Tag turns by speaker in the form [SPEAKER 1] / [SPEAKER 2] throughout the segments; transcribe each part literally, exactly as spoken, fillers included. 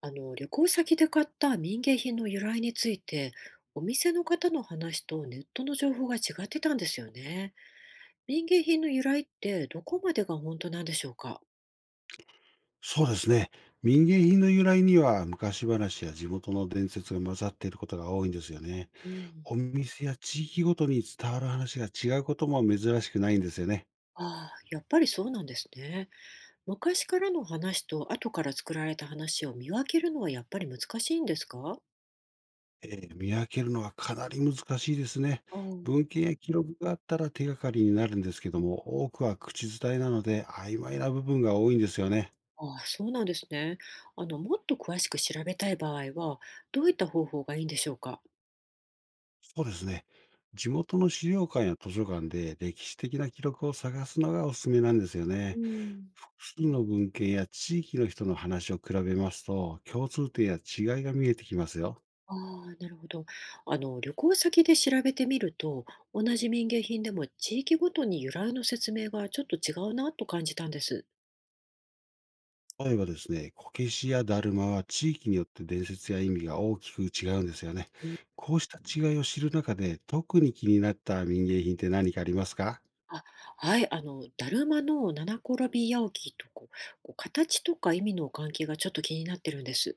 [SPEAKER 1] あの、旅行先で買った民芸品の由来について、お店の方の話とネットの情報が違ってたんですよね。民芸品の由来ってどこまでが本当なんでしょうか。
[SPEAKER 2] そうですね。民芸品の由来には昔話や地元の伝説が混ざっていることが多いんですよね。
[SPEAKER 1] うん。
[SPEAKER 2] お店や地域ごとに伝わる話が違うことも珍しくないんですよね。
[SPEAKER 1] ああ、やっぱりそうなんですね。昔からの話と後から作られた話を見分けるのはやっぱり難しいんですか。
[SPEAKER 2] えー見分けるのはかなり難しいですね。
[SPEAKER 1] ああ、
[SPEAKER 2] 文献や記録があったら手がかりになるんですけども、多くは口伝えなので曖昧な部分が多いんですよね。
[SPEAKER 1] ああそうなんですね。あの、もっと詳しく調べたい場合は、どういった方法がいいんでしょうか。
[SPEAKER 2] そうですね。地元の資料館や図書館で歴史的な記録を探すのがおすすめなんですよ
[SPEAKER 1] う
[SPEAKER 2] ね。
[SPEAKER 1] ん。
[SPEAKER 2] 複数の文献や地域の人の話を比べますと、共通点や違いが見えてきますよ。
[SPEAKER 1] ああ、なるほど。あの、旅行先で調べてみると、同じ民芸品でも地域ごとに由来の説明がちょっと違うなと感じたんです。
[SPEAKER 2] 例えばですね、こけしやだるまは地域によって伝説や意味が大きく違うんですよね。
[SPEAKER 1] うん。
[SPEAKER 2] こうした違いを知る中で、特に気になった民芸品って何かありますか？
[SPEAKER 1] あ、はい、あの、だるまの七転び八起きとこう、こう形とか意味の関係がちょっと気になってるんです。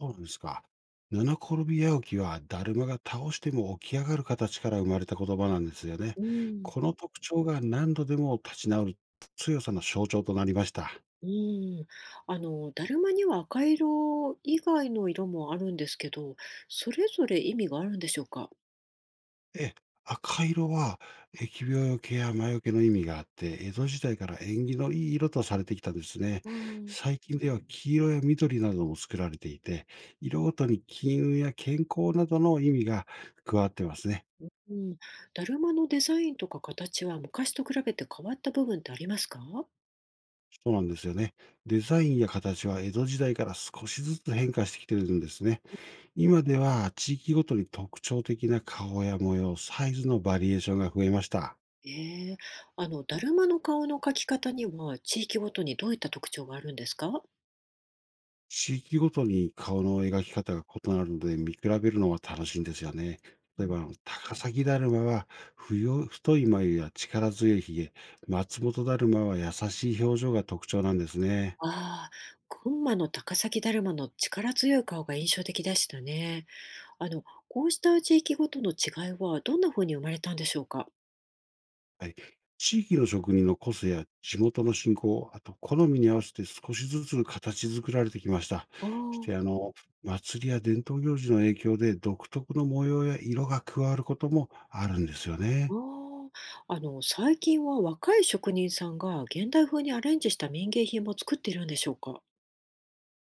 [SPEAKER 2] そうなんですか。七転び八起きは、だるまが倒しても起き上がる形から生まれた言葉なんですよね。
[SPEAKER 1] うん。
[SPEAKER 2] この特徴が何度でも立ち直る強さの象徴となりました。
[SPEAKER 1] うん、あの、だるまには赤色以外の色もあるんですけど、それぞれ意味があるんでしょうか。
[SPEAKER 2] え赤色は疫病よけや魔除けの意味があって、江戸時代から縁起のいい色とされてきたんですね。
[SPEAKER 1] ああ。
[SPEAKER 2] 最近では黄色や緑なども作られていて、色ごとに金運や健康などの意味が加わってますね。
[SPEAKER 1] うん、だるまのデザインとか形は昔と比べて変わった部分ってありますか。
[SPEAKER 2] そうなんですよね。デザインや形は江戸時代から少しずつ変化してきてるんですね。今では地域ごとに特徴的な顔や模様、サイズのバリエーションが増えました。
[SPEAKER 1] ええ。あの、だるまの顔の描き方には地域ごとにどういった特徴があるんですか。
[SPEAKER 2] 地域ごとに顔の描き方が異なるので見比べるのは楽しいんですよね。
[SPEAKER 1] う
[SPEAKER 2] 例え
[SPEAKER 1] ん、
[SPEAKER 2] ば、あの高崎だるまは冬太い眉や力強いひげ、松本だるまは優しい表情が特徴なんですね。
[SPEAKER 1] ああ、群馬の高崎だるまの力強い顔が印象的でしたね。あの、こうした地域ごとの違いはどんな風に生まれたんでしょうか。
[SPEAKER 2] はい。地域の職人の個性や地元の信仰、あと好みに合わせて少しずつ形作られてきました。
[SPEAKER 1] あ
[SPEAKER 2] そして、あ
[SPEAKER 1] あ、
[SPEAKER 2] の、祭りや伝統行事の影響で独特の模様や色が加わることもあるんですよ
[SPEAKER 1] あ
[SPEAKER 2] ね。
[SPEAKER 1] ーあー、あの、最近は若い職人さんが現代風にアレンジした民芸品も作っているんでしょうか。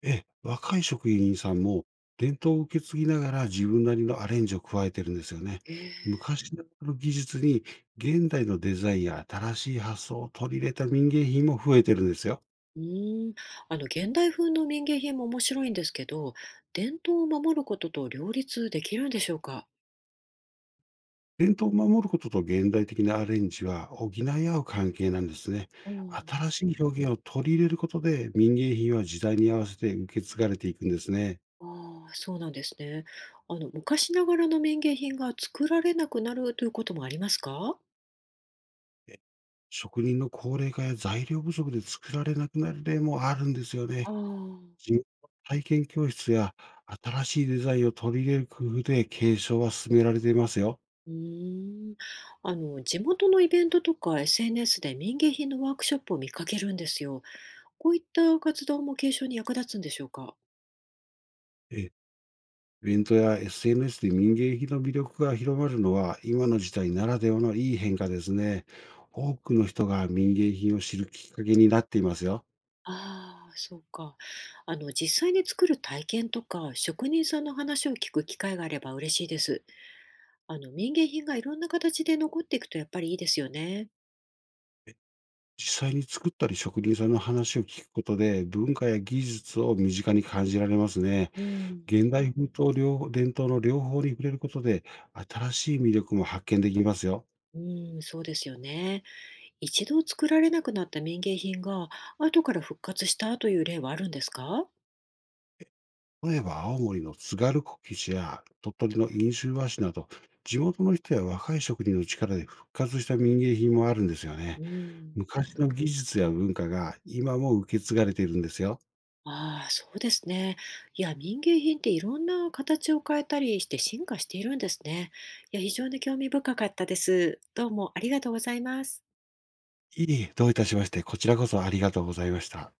[SPEAKER 2] え、若い職員さんも伝統を受け継ぎながら自分なりのアレンジを加えてるんですよね。
[SPEAKER 1] ええ。
[SPEAKER 2] 昔ながらの技術に現代のデザインや新しい発想を取り入れた民芸品も増えてるんですよ。
[SPEAKER 1] うーん、あの現代風の民芸品も面白いんですけど、伝統を守ることと両立できるんでしょうか？
[SPEAKER 2] 伝統を守ることと現代的なアレンジは補い合う関係なんですね。
[SPEAKER 1] うん、
[SPEAKER 2] 新しい表現を取り入れることで民芸品は時代に合わせて受け継がれていくんですね。
[SPEAKER 1] ああ、そうなんですね。あの昔ながらの民芸品が作られなくなるということもありますか？
[SPEAKER 2] え職人の高齢化や材料不足で作られなくなる例もあるんですよね。
[SPEAKER 1] ああ、
[SPEAKER 2] 自由の体験教室や新しいデザインを取り入れる工夫で継承は進められていますよ。
[SPEAKER 1] うーん、あの地元のイベントとか エスエヌエス で民芸品のワークショップを見かけるんですよ。こういった活動も継承に役立つんでしょうか？
[SPEAKER 2] えイベントや エスエヌエス で民芸品の魅力が広まるのは、今の時代ならではのいい変化ですね。多くの人が民芸品を知るきっかけになっていますよ。
[SPEAKER 1] ああ、そうか。あの、実際に作る体験とか、職人さんの話を聞く機会があれば嬉しいです。あの、民芸品がいろんな形で残っていくとやっぱりいいですよね。
[SPEAKER 2] 実際に作ったり職人さんの話を聞くことで、文化や技術を身近に感じられますね。
[SPEAKER 1] うん。
[SPEAKER 2] 現代風と両伝統の両方に触れることで、新しい魅力も発見できますよ。
[SPEAKER 1] うん、そうですよね。一度作られなくなった民芸品が、後から復活したという例はあるんですか。
[SPEAKER 2] 例えば青森の津軽こけしや鳥取の飲酒和紙など、地元の人や若い職人の力で復活した民芸品もあるんですよね。
[SPEAKER 1] うん。
[SPEAKER 2] 昔の技術や文化が今も受け継がれているんですよ。
[SPEAKER 1] ああ、そうですね。いや、民芸品っていろんな形を変えたりして進化しているんですね。いや、非常に興味深かったです。どうもありがとうございます。
[SPEAKER 2] いいえ、どういたしまして、こちらこそありがとうございました。